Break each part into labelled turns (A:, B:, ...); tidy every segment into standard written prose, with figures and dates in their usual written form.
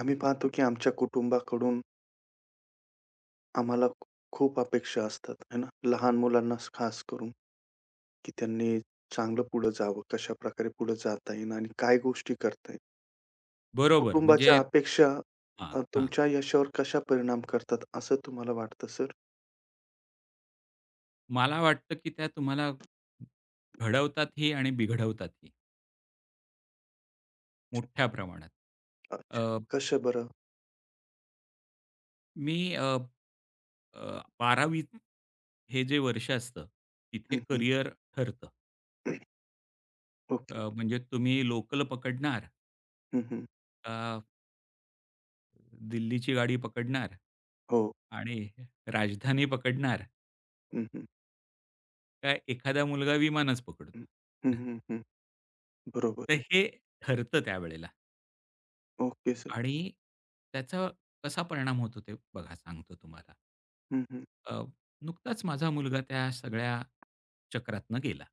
A: आम्ही पाहतो की आमच्या कुटुंबाकडून आम्हाला खूप अपेक्षा असतात, है ना? लहान मुलांना खास करून, की त्यांनी चांगलं पुढे जावं, कशाप्रकारे पुढे जाता येईल आणि काय गोष्टी करता येईल.
B: बरोबर. म्हणजे
A: कुटुंबाच्या अपेक्षा
B: हां, हां.
A: तुमच्या यशावर कशा परिणाम करतात असं तुम्हाला वाटतं सर?
B: मला वाटतं, की त्या तुम्हाला घडवतातही आणि बिघडवतातही
A: अच्छा,
B: मोठ्या प्रमाणात. अ,
A: कसं बरं?
B: मी अ, अ, 12वी हे जे वर्ष असतं, तिथे
A: हं, हं.
B: करियर ठरतं.
A: ओके.
B: म्हणजे तुम्ही लोकल पकडणार
A: हं, हं.
B: का दिल्लीची गाडी पकडणार
A: हो.
B: आणि राजधानी पकडणार
A: हं, हं.
B: का एखादा मुलगा विमानच पकडतो.
A: हं. हं, हं, हं. बरोबर
B: तर
A: आहे.
B: हे ठरतं त्यावेळेला
A: ओके सर.
B: आणि त्याचा कसा परिणाम होतो ते बघा सांगतो तुम्हाला.
A: हं, हं.
B: अ, नुकताच माझा मुलगा त्या सगळ्या चक्रातनं गेला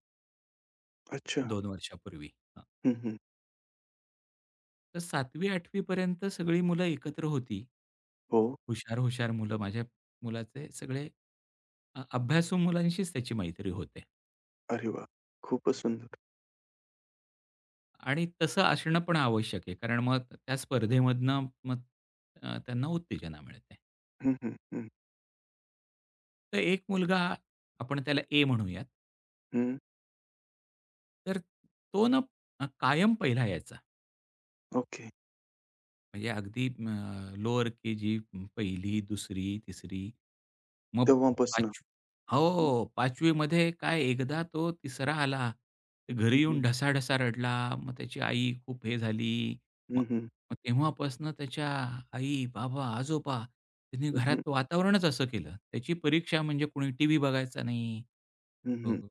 A: अच्छा.
B: 2 वर्षापूर्वी. हं.
A: हं, हं.
B: तर 7वी-8वी पर्यंत सगळी मुलं एकत्र होती.
A: हो.
B: हुशार-हुशार मुलं माझ्या मुलाचे सगळे अभ्यासू मुलांशीच त्याची मैत्री होते.
A: अरे वाह! खूपच सुंदर.
B: आणि तसं असणं पण आवश्यक आहे. कारण मग त्या स्पर्धेमधनं मग त्यांना उत्तेजना मिळते.
A: हं, हं. हं.
B: तर एक मुलगा आपण त्याला ए म्हणूयात.
A: हं,
B: तर तो ना कायम पहिला यायचा.
A: ओके.
B: म्हणजे अगदी लोअर केजी, 1ली, 2री, 3री मग
A: तेव्हापासनं.
B: 5
A: हं,
B: हो, 5वी काय एकदा तो तिसरा आला. तर घरी
A: हं,
B: येऊन
A: हं.
B: ढसाढसा रडला. मग त्याची आई खूप हे झाली. मग
A: हं, हं.
B: मग तेव्हापासून त्याच्या आई, बाबा, आजोबा त्यांनी
A: हं, हं.
B: घरात वातावरणच असं केलं. त्याची परीक्षा म्हणजे कोणी टीव्ही बघायचा नाही. अ
A: हं,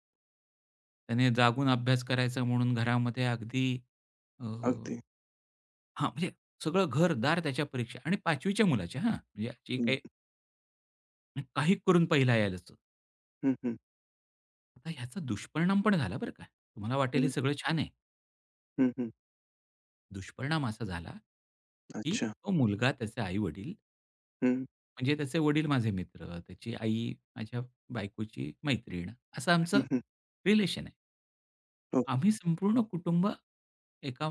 B: त्याने जागून अभ्यास करायचा म्हणून घरामध्ये अगदी अ,
A: अगदी.
B: हां, म्हणजे सगळं घर त्याच्या परीक्षा आणि 5वी मुलाच्या हां, म्हणजे जे
A: हं,
B: काही काही करून पहिला यायलाच.
A: हं, हं.
B: आता ह्याचा दुष्परिणाम पण झाला बरं का. तुम्हाला वाटेल हे
A: हं,
B: सगळं छान आहे.
A: हं, हं.
B: दुष्परिणाम असा झाला, की
A: अच्छा.
B: तो मुलगा त्याचे आई-वडील
A: हं,
B: म्हणजे त्याचे वडील माझे मित्र, त्याची आई माझ्या बायकोची मैत्रीण असं आमचं
A: हं, हं.
B: रिलेशन आहे.
A: हो.
B: आम्ही संपूर्ण कुटुंब एका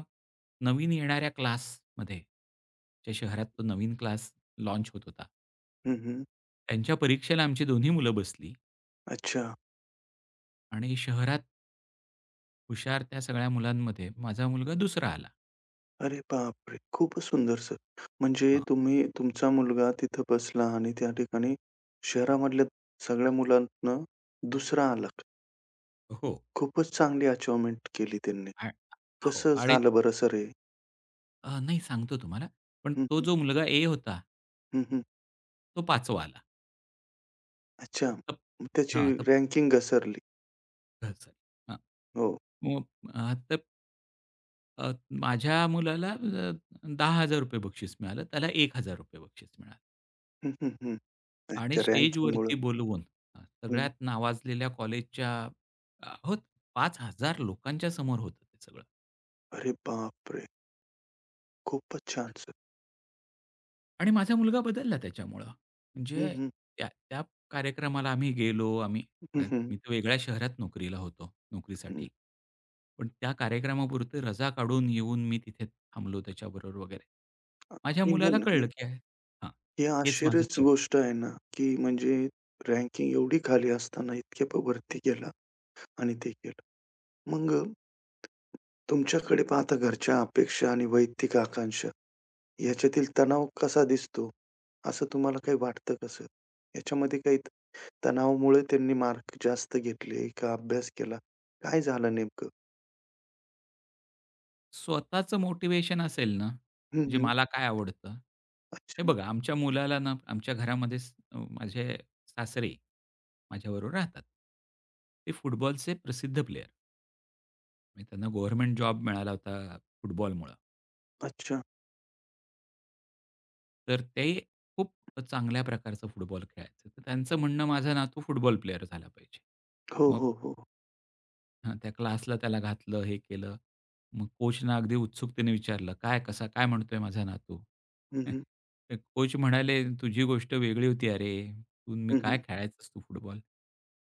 B: नवीन येणाऱ्या क्लासमध्ये ज्या शहरात तो नवीन क्लास लॉन्च होत होता.
A: हं, हं.
B: त्यांच्या परीक्षेला आमची दोन्ही मुलं बसली
A: अच्छा.
B: आणि शहरात हुशार त्या सगळ्या मुलांमध्ये माझा मुलगा दुसरा आला.
A: अरे बापरे! खूपच सुंदर सर. म्हणजे
B: हां.
A: तुम्ही तुमचा मुलगा तिथं बसला आणि त्या ठिकाणी शहरामधल्या सगळ्या मुलांतनं दुसरा आला.
B: हो.
A: खूपच चांगली अचिव्हमेंट केली त्यांनी.
B: आ हो
A: कसं
B: आणि
A: झालं बरं सर हे?
B: नाही सांगतो तुम्हाला. पण
A: हं,
B: तो
A: हं.
B: जो मुलगा ए होता,
A: हं, हं.
B: तो 5वा आला.
A: अच्छा.
B: तर
A: मग त्याची
B: हां, तर
A: रँकिंग घसरली.
B: हां.
A: हो.
B: मग अ, तर अ, माझ्या मुलाला ₹10,000 बक्षीस मिळालं. त्याला ₹1,000 बक्षीस मिळालं.
A: हं, हं, हं.
B: आणि
A: अच्छा, रँकिंगमुळं.
B: स्टेजवरती बोलवून
A: हं.
B: सगळ्यात नावाजलेल्या कॉलेजच्या हो 5,000 लोकांच्या समोर होतं ते सगळं.
A: अरे बापरे! खूपच छान सर.
B: आणि माझा मुलगा बदलला त्याच्यामुळं.
A: हं,
B: म्हणजे
A: हं.
B: त्या त्या कार्यक्रमाला आम्ही गेलो. आम्ही
A: हं, हं.
B: मी तर वेगळ्या शहरात नोकरीला होतो, नोकरीसाठी.
A: हं.
B: पण त्या कार्यक्रमापुरती रजा काढून येऊन मी तिथे थांबलो त्याच्याबरोबर वगैरे. माझ्या
A: आणि
B: मुलाला
A: मग
B: कळलं
A: हे
B: की हां,
A: हे
B: हेच माझं
A: आश्चर्यच
B: क्षेत्र.
A: गोष्ट आहे ना, की म्हणजे रँकिंग एवढी खाली असताना इतक्या प वरती गेला आणि ते केलं. मग तुमच्याकडे पाहता घरच्या अपेक्षा आणि वैयक्तिक आकांक्षा याच्यातील तणाव कसा दिसतो? असं तुम्हाला काही वाटतं का सर? याच्यामध्ये काही तणावामुळे त्यांनी मार्क जास्त घेतले का अभ्यास केला? काय झालं नेमकं?
B: स्वतःचं मोटिव्हेशन असेल ना,
A: हं,
B: म्हणजे
A: हं.
B: मला काय आवडतं? हे
A: अच्छा.
B: बघा आमच्या मुलाला ना आमच्या घरामध्येच माझे सासरे माझ्याबरोबर राहतात. ते फुटबॉलचे प्रसिद्ध प्लेयर. म्हणजे त्यांना गव्हर्नमेंट जॉब मिळाला होता फुटबॉलमुळं.
A: अच्छा.
B: तर ते खूप चांगल्या प्रकारचा फुटबॉल खेळायचे. तर त्यांचं म्हणणं माझा नातू फुटबॉल प्लेयर झाला पाहिजे.
A: हो,
B: मग
A: हो, हो.
B: हां, त्या क्लासला त्याला घातलं, हे केलं. मग कोचना अगदी उत्सुकतेने विचारलं, "काय कसा काय म्हणतोय माझा नातू?"
A: हं, हं.
B: तर कोच म्हणाले, "तुझी गोष्ट वेगळी होती अरे. तू मी
A: हं,
B: काय
A: हं.
B: खेळायचंस तू फुटबॉल.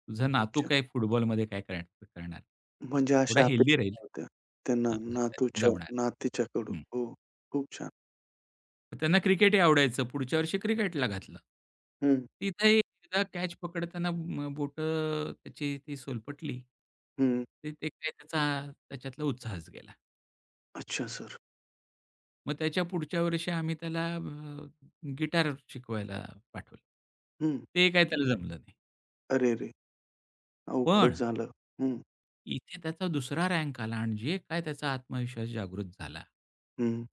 B: तुझा नातू
A: अच्छा.
B: काय फुटबॉलमध्ये काय करणार?
A: म्हणजे
B: थोडा
A: अशा
B: हेल्दी राहील."
A: अपेक्षा होत्या त्यांना
B: हां,
A: नातूच्या
B: जमणार.
A: नातीच्याकडून. हो, खूप छान.
B: त्यांना क्रिकेटही आवडायचं. पुढच्या वर्षी क्रिकेटला घातलं.
A: हं,
B: तिथेही एकदा कॅच पकडताना बोटं त्याची ती सोलपटली.
A: हं.
B: ते ते काय त्याचा त्याच्यातला उत्साहच गेला.
A: अच्छा सर.
B: मग त्याच्या पुढच्या वर्षी आम्ही त्याला गिटार शिकवायला पाठवलं.
A: हं.
B: ते काय त्याला जमलं नाही.
A: अरे रे!
B: पण
A: अवघडच झालं. हं,
B: इथे त्याचा दुसरा रँक आला आणि जे काय त्याचा आत्मविश्वास जागृत झाला
A: हं,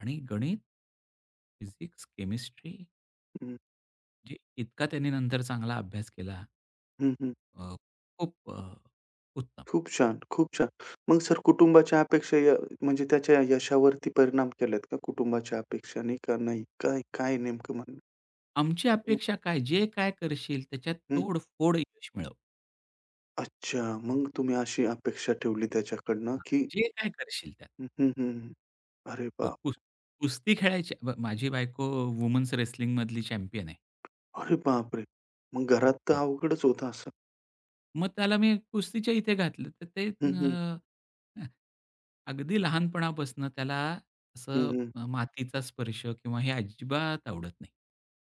B: आणि गणित, फिजिक्स, केमिस्ट्री
A: हं,
B: जे इतका त्याने नंतर चांगला अभ्यास केला.
A: हं, हं.
B: अ, खूप अ, उत्तम.
A: खूप छान, खूप छान. मग सर कुटुंबाच्या अपेक्षा य म्हणजे त्याच्या यशावरती परिणाम केलेत का कुटुंबाच्या अपेक्षांनी का नाही? काय काय नेमकं म्हणणं?
B: आमची
A: हं,
B: अपेक्षा काय? जे काय करशील त्याच्यात
A: हं.
B: तोडफोड यश मिळव.
A: अच्छा. मग तुम्ही अशी अपेक्षा ठेवली त्याच्याकडनं
B: हां,
A: की
B: जे काय करशील त्यात.
A: हं, हं, हं. अरे
B: ब
A: वाह!
B: कुस कुस्ती खेळायची. माझी बायको वुमन्स रेसलिंगमधली चॅम्पियन आहे.
A: अरे बापरे! मग घरात तर
B: हां,
A: अवघडच होतं असं.
B: मग त्याला मी कुस्तीच्या इथे घातलं तर ते
A: हं, हं.
B: अगदी लहानपणापासून त्याला
A: हं,
B: असं
A: हं.
B: मातीचा स्पर्श किंवा हे अजिबात आवडत नाही.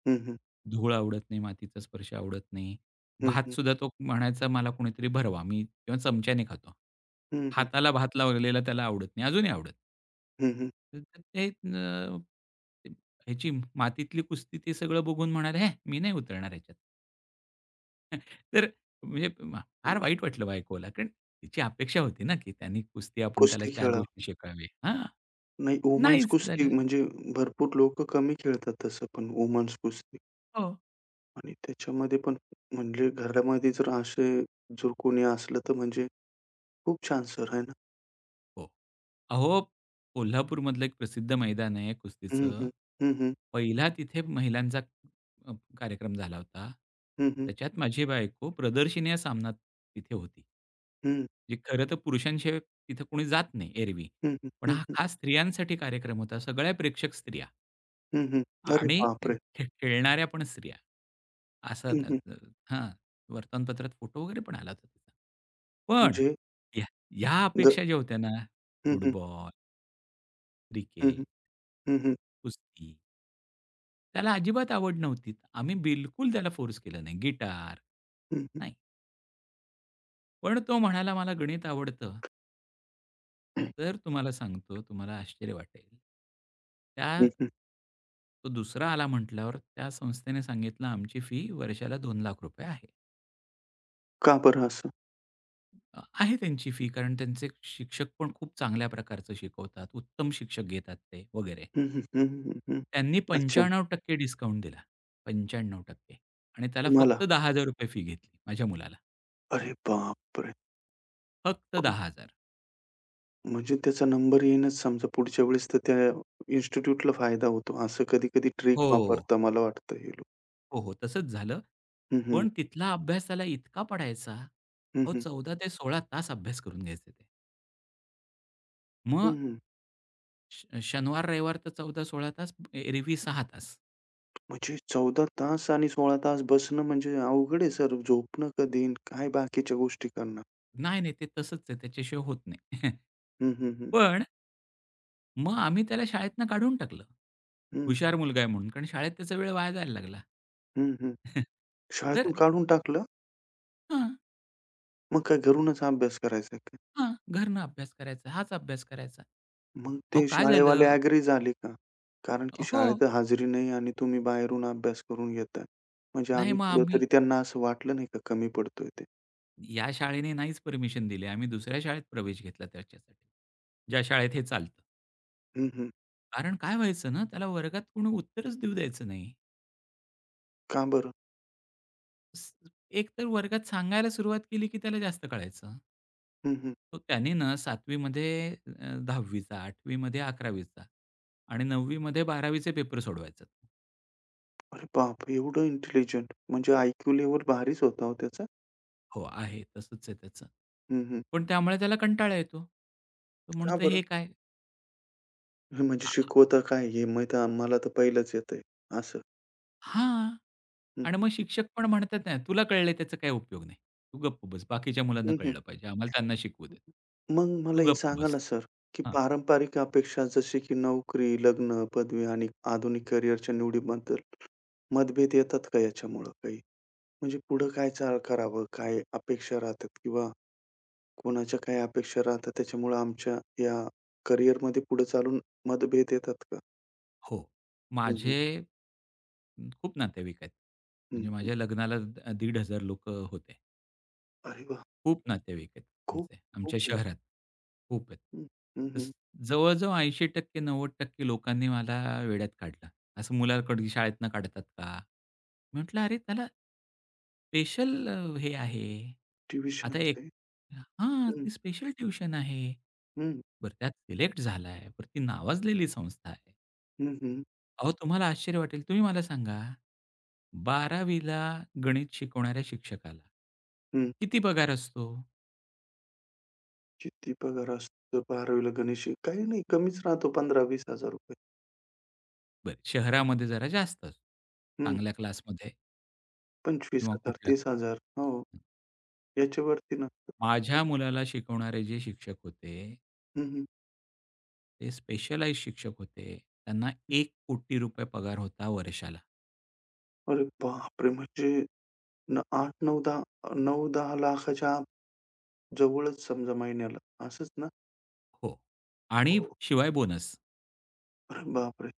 A: हं, हं.
B: धूळ आवडत नाही, मातीचा स्पर्श आवडत नाही.
A: हं, हं.
B: भातसुद्धा तो म्हणायचा मला कोणीतरी भरवा. मी किंवा चमच्याने खातो.
A: हं, हं.
B: हाताला भात लावलेला त्याला आवडत नाही, अजूनही आवडत नाही.
A: हं, हं.
B: तर तर ते ह्याची मातीतली कुस्ती ते सगळं बघून म्हणाले, "हे, मी नाही उतरणार ह्याच्यात." तर म्हणजे म- फार वाईट वाटलं बायकोला, कारण तिची अपेक्षा होती ना, की त्यांनी कुस्ती आपण त्याला
A: कुस्ती
B: 4
A: खेळा.
B: गोष्टी शिकाव्या. हां.
A: नाही वुमन्स
B: नाहीच
A: कुस्ती
B: झालं.
A: म्हणजे भरपूर लोकं कमी खेळतात तसं पण वुमन्स कुस्ती
B: हो.
A: आणि त्याच्यामध्ये पण म्हणजे घरामध्ये जर असे जर कोणी असलं तर म्हणजे खूप छान सर आहे ना.
B: हो. अहो, कोल्हापूरमधलं एक प्रसिद्ध मैदान आहे
A: हं,
B: कुस्तीचं.
A: हं. हं, हं.
B: पहिला तिथे महिलांचा अ, कार्यक्रम झाला होता.
A: हं, हं.
B: त्याच्यात माझी बायको प्रदर्शिनी सामनात तिथे होती.
A: हं.
B: जे खरं तर पुरुषांशिवाय तिथे कोणी जात नाही एरवी.
A: हं, हं.
B: पण
A: हं,
B: हा
A: हं.
B: खास स्त्रियांसाठी कार्यक्रम होता. सगळ्या प्रेक्षक स्त्रिया.
A: हं, हं. अरे
B: आणि
A: बापरे!
B: खेळणाऱ्या पण स्त्रिया. असं
A: हं, हं.
B: त्याचं हां, वर्तमानपत्रात फोटो वगैरे पण आला होता तिचा. पण
A: म्हणजे
B: या या
A: ग
B: अपेक्षा ज्या होत्या ना,
A: हं, हं.
B: फुटबॉल,
A: हं,
B: क्रिकेट,
A: हं. हं, हं.
B: कुस्ती त्याला अजिबात आवड नव्हती. आम्ही बिलकुल त्याला फोर्स केलं नाही. गिटार
A: हं, हं.
B: नाही. पण तो म्हणाला, "मला गणित आवडतं, तर तुम्हाला सांगतो, तुम्हाला आश्चर्य वाटेल." त्या
A: हं, हं.
B: तो दुसरा आला म्हटल्यावर त्या संस्थेने सांगितलं, "आमची फी वर्षाला ₹2,00,000 आहे."
A: का बरं असं?
B: आहे त्यांची फी कारण त्यांचे शिक्षक पण खूप चांगल्या प्रकारचं शिकवतात. उत्तम शिक्षक घेतात ते वगैरे.
A: हं, हं, हं, हं, हं.
B: त्यांनी
A: अच्छा,
B: पंच्याण्णव टक्के डिस्काउंट दिला. 95% आणि त्याला
A: तुम्हाला?
B: फक्त ₹10,000 फी घेतली माझ्या मुलाला.
A: अरे बापरे!
B: फक्त
A: खूप
B: 10,000
A: म्हणजे त्याचा नंबर येईनच समजा पुढच्या वेळेस तर त्या इन्स्टिट्यूटला फायदा होतो. असं कधी-कधी ट्रिक
B: हो.
A: वापरता मला वाटतं हे लोक.
B: हो, हो. तसंच झालं.
A: हं, हं.
B: पण तिथला अभ्यास त्याला इतका पडायचा.
A: हं,
B: अहो
A: हं.
B: 14 ते 16 तास अभ्यास करून घ्यायचे ते.
A: हं,
B: मग
A: हं.
B: शनिवार, रविवार तर 14-16 तास, एरवी 6 तास.
A: म्हणजे 14 तास आणि 16 तास बसणं म्हणजे अवघड आहे सर. झोपणं कधी आणि काय बाकीच्या गोष्टी करणार.
B: नाही, नाही. ते तसंच आहे त्याच्याशिवाय होत नाही.
A: हं, हं, हं.
B: पण मग आम्ही त्याला शाळेतनं काढून टाकलं.
A: हं,
B: हुशार मुलगा आहे म्हणून, कारण शाळेत त्याचा वेळ वाया जायला लागला.
A: हं, हं.
B: तर
A: शाळेतून काढून टाकलं?
B: हां,
A: मग काय घरूनच अभ्यास करायचा का?
B: हां, घरनं अभ्यास करायचा, हाच अभ्यास करायचा.
A: मग
B: अहो
A: ते
B: काय
A: शाळेवाले
B: झालं?
A: ॲग्री झाले का? कारण की
B: हो.
A: शाळेत हाजरी नाही आणि तुम्ही बाहेरून अभ्यास करून घेताय. म्हणजे
B: नाही
A: आम्ही
B: मग आम्ही
A: कुठेतरी त्यांना असं वाटलं नाही का कमी पडतोय ते.
B: या शाळेने नाहीच परमिशन दिली. आम्ही दुसऱ्या शाळेत प्रवेश घेतला त्याच्यासाठी. ज्या शाळेत हे चालतं.
A: हं, हं.
B: कारण काय व्हायचं ना, त्याला वर्गात कोणी उत्तरच देऊ द्यायचं नाही.
A: का बरं?
B: स एक तर वर्गात सांगायला सुरुवात केली, की त्याला जास्त कळायचं.
A: हं, हं.
B: तो त्याने ना 7वी मध्ये 10वीचा, 8वी मध्ये 11वीचा आणि 9वी मध्ये पेपर सोडवायचा.
A: अरे बापरे! एवढं इंटेलिजंट म्हणजे आयक्यू लेव्हल भारीच होता हो त्याचा.
B: हो, आहे तसंच आहे त्याचं.
A: हं, हं.
B: पण त्यामुळे त्याला कंटाळा येतो. तो
A: का
B: म्हणतो,
A: बरं?
B: "हे काय?"
A: हे म्हणजे
B: आ
A: शिकवता काय हे माहीत मला तर पहिलंच येतंय असं.
B: हां.
A: हं,
B: आणि
A: हं,
B: मग
A: हं.
B: शिक्षक पण म्हणतात ना, "तुला कळलंय त्याचा काही उपयोग नाही. तू गप्प बस. बाकीच्या मुलांना
A: हं, हं.
B: कळलं पाहिजे. आम्हाला त्यांना शिकवू देत.
A: मग
B: तू
A: मला हे
B: गप्प
A: सांगा
B: बस."
A: ना सर, की
B: हां.
A: पारंपरिक अपेक्षा जसे की नोकरी, लग्न, पदवी आणि आधुनिक करिअरच्या निवडीबद्दल मतभेद येतात का याच्यामुळं काही? म्हणजे पुढं काय चाल करावं? काय अपेक्षा राहतात किंवा कोणाच्या काय अपेक्षा राहतात त्याच्यामुळं आमच्या या करिअरमध्ये पुढे चालून मतभेद येतात का?
B: हो.
A: हं, हं.
B: माझे खूप नातेवाईक आहेत.
A: हं,
B: म्हणजे
A: हं.
B: माझ्या लग्नाला 1,500 लोकं होते.
A: अरे वाह!
B: खूप नातेवाईक आहेत
A: खूप,
B: आमचे,
A: खूप
B: आमच्या
A: आहे.
B: शहरात. खूप आहेत.
A: हं, हं,
B: तर
A: हं.
B: जवळ-जवळ 80% 90% लोकांनी मला वेड्यात काढलं. असं मुलाकडे शाळेतनं काढतात का? म्हटलं, "अरे त्याला स्पेशल हे आहे.
A: ट्युशन
B: आता एक
A: आहे.
B: हां,
A: हं,
B: ती स्पेशल ट्युशन आहे.
A: हं.
B: बरं त्यात सिलेक्ट झालाय. बरं ती नावाजलेली संस्था आहे."
A: हं, हं.
B: अहो, तुम्हाला आश्चर्य वाटेल. तुम्ही मला सांगा, 12वी ला गणित शिकवणाऱ्या शिक्षकाला
A: हं.
B: किती पगार असतो?
A: किती पगार असतो 12वी ला गणेश काही नाही कमीच राहतो ₹15,000-20,000
B: बरं, शहरामध्ये जरा जास्त असतो.
A: हं.
B: चांगल्या क्लासमध्ये किंवा
A: 25,000
B: कुठल्या
A: 30,000 हो, याच्यावरती नसतं.
B: माझ्या मुलाला शिकवणारे जे शिक्षक होते,
A: हं, हं.
B: ते स्पेशलाइज शिक्षक होते. त्यांना 1 कोटी रुपये पगार होता वर्षाला.
A: अरे बापरे! म्हणजे न 8-9, 10 9-10 लाखाच्या आत जवळच समजा महिन्याला. असंच ना?
B: हो. आणि
A: हो.
B: शिवाय बोनस.
A: अरे बापरे!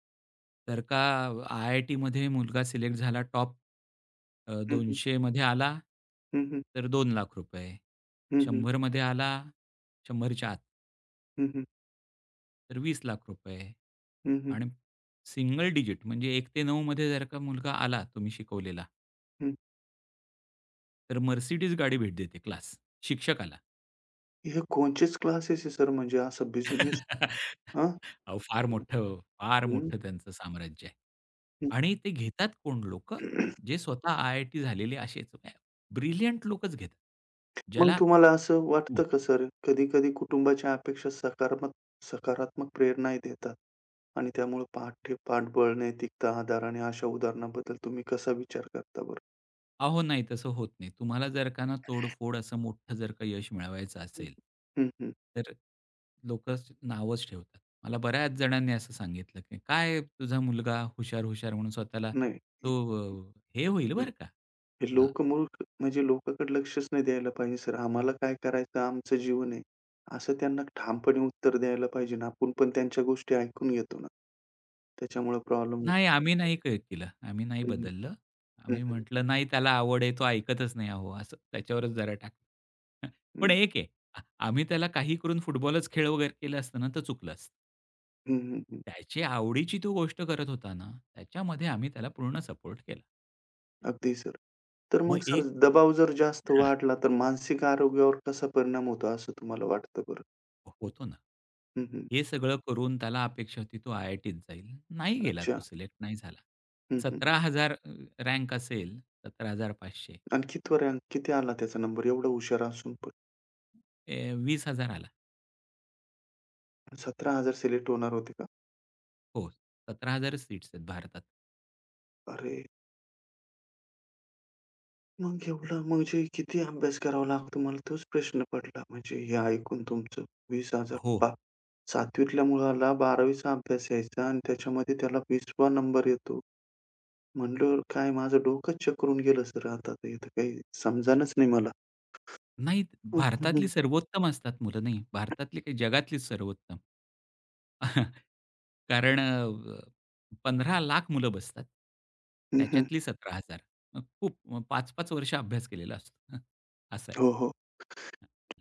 B: तर का आय-आय-टीमध्ये मुलगा सिलेक्ट झाला टॉप
A: हं, हं.
B: 200 मध्ये आला,
A: हं, हं.
B: तर ₹2,00,000
A: हं, हं.
B: 100 मध्ये आला, 100च्या आत
A: हं, हं.
B: तर ₹20,00,000
A: हं, हं.
B: आणि सिंगल डिजिट म्हणजे 1 ते 9 मध्ये जर का मुलगा आला तुम्ही शिकवलेला,
A: हं.
B: तर Mercedes गाडी भेट देते क्लास शिक्षकाला.
A: हे कोणचेच क्लासेस आहे सर म्हणजे असं बिझनेस हां?
B: अहो, फार मोठं, फार
A: हं,
B: मोठं त्यांचं साम्राज्य आहे.
A: हं.
B: आणि ते घेतात कोण लोकं? जे स्वतः आय-आय-टी झालेले असेच ब्रिलियंट लोकच घेतात.
A: मग
B: ज्याला
A: तुम्हाला असं
B: हं.
A: वाटतं का सर, कधी-कधी कुटुंबाच्या अपेक्षा सकारात्मक सकारात्मक प्रेरणाही देतात आणि त्यामुळे पाठ्य पाठबळ, नैतिकता, आधार आणि अशा उदाहरणाबद्दल तुम्ही कसा विचार करता बरं?
B: अहो नाही तसं होत नाही. तुम्हाला जर का ना तोडफोड असं मोठं जर का यश मिळवायचं असेल,
A: हं, हं.
B: तर लोकं नावच ठेवतात. मला बऱ्याच जणांनी असं सांगितलं, की "काय तुझा मुलगा हुशार-हुशार म्हणून स्वतःला
A: नाही.
B: तो हे होईल बरं का,
A: हे लोक मूर्ख म्हणजे लोकांकडे लक्षच नाही द्यायला पाहिजे सर. आम्हाला काय करायचं आमचं जीवन आहे. असं त्यांना ठामपणे उत्तर द्यायला पाहिजे ना. आपण पण त्यांच्या गोष्टी ऐकून घेतो ना. त्याच्यामुळे प्रॉब्लेम
B: नाही, आम्ही
A: होतो.
B: नाही केलं. आम्ही नाही
A: हं, हं.
B: बदललं.
A: हं,
B: आम्ही
A: हं.
B: म्हटलं, "नाही, त्याला आवड आहे, तो ऐकतच नाही अहो," असं त्याच्यावरच जरा टाकलं. पण एक आहे, आ आम्ही त्याला काही करून फुटबॉलच खेळ वगैरे केलं असतं ना, तर चुकलं असतं.
A: हं,
B: त्याची आवडीची तो गोष्ट करत होता ना, त्याच्यामध्ये आम्ही त्याला पूर्ण सपोर्ट केला.
A: अगदी सर. तर
B: मग
A: मग सर
B: एक
A: दबाव जर जास्त
B: हां,
A: वाढला तर मानसिक आरोग्यावर कसा परिणाम होतो असं तुम्हाला वाटतं बरं?
B: होतो ना.
A: हं, हं.
B: हे सगळं करून त्याला अपेक्षा होती तो आय-आय-टीत जाईल. नाही गेला
A: अच्छा.
B: तो, सिलेक्ट नाही झाला.
A: हं, हं.
B: 17,000 रँक असेल, 17,500
A: आणि कितवर किती आला त्याचा नंबर एवढा हुशार असून पण?
B: ए, 20,000 आला.
A: 17,000 सिलेक्ट होणार होते का?
B: हो, 17,000 सीट्स आहेत भारतात.
A: अरे! मग एवढा म्हणजे किती अभ्यास करावा लागतो? मला तोच प्रश्न पडला. म्हणजे हे ऐकून तुमचं 20,000
B: हो.
A: पहा 7वीतल्या मुलाला 12वीचा अभ्यास यायचा आणि त्याच्यामध्ये त्याला 20वा नंबर येतो. म्हणलं काय माझं डोकंच चक्रून गेलं सर आता तर इथं काही समजेनाच नाही मला.
B: नाही,
A: हं,
B: भारतातली
A: हं.
B: सर्वोत्तम असतात मुलं नाही. भारतातली काही जगातलीच सर्वोत्तम. कारण लाख मुलं बसतात.
A: हं, हं.
B: त्याच्यातली 17,000 मग खूप मग 5-5 वर्ष अभ्यास केलेला असतो. असं आहे.
A: हो, हो.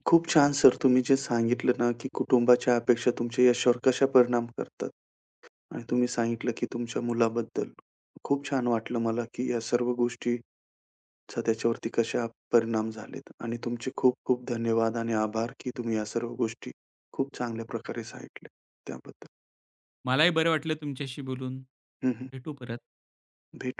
A: खूप छान सर तुम्ही जे सांगितलं ना, की कुटुंबाच्या अपेक्षा तुमच्या यशावर कशा परिणाम करतात. आणि तुम्ही सांगितलं, की तुमच्या मुलाबद्दल. खूप छान वाटलं मला, की या सर्व गोष्टीचा त्याच्यावरती कशा परिणाम झालेत आणि तुमचे खूप-खूप धन्यवाद आणि आभार, की तुम्ही या सर्व गोष्टी खूप चांगल्या प्रकारे सांगितल्या त्याबद्दल.
B: मलाही बरं वाटलं तुमच्याशी बोलून.
A: हं, हं.
B: भेटू परत.
A: भेटू.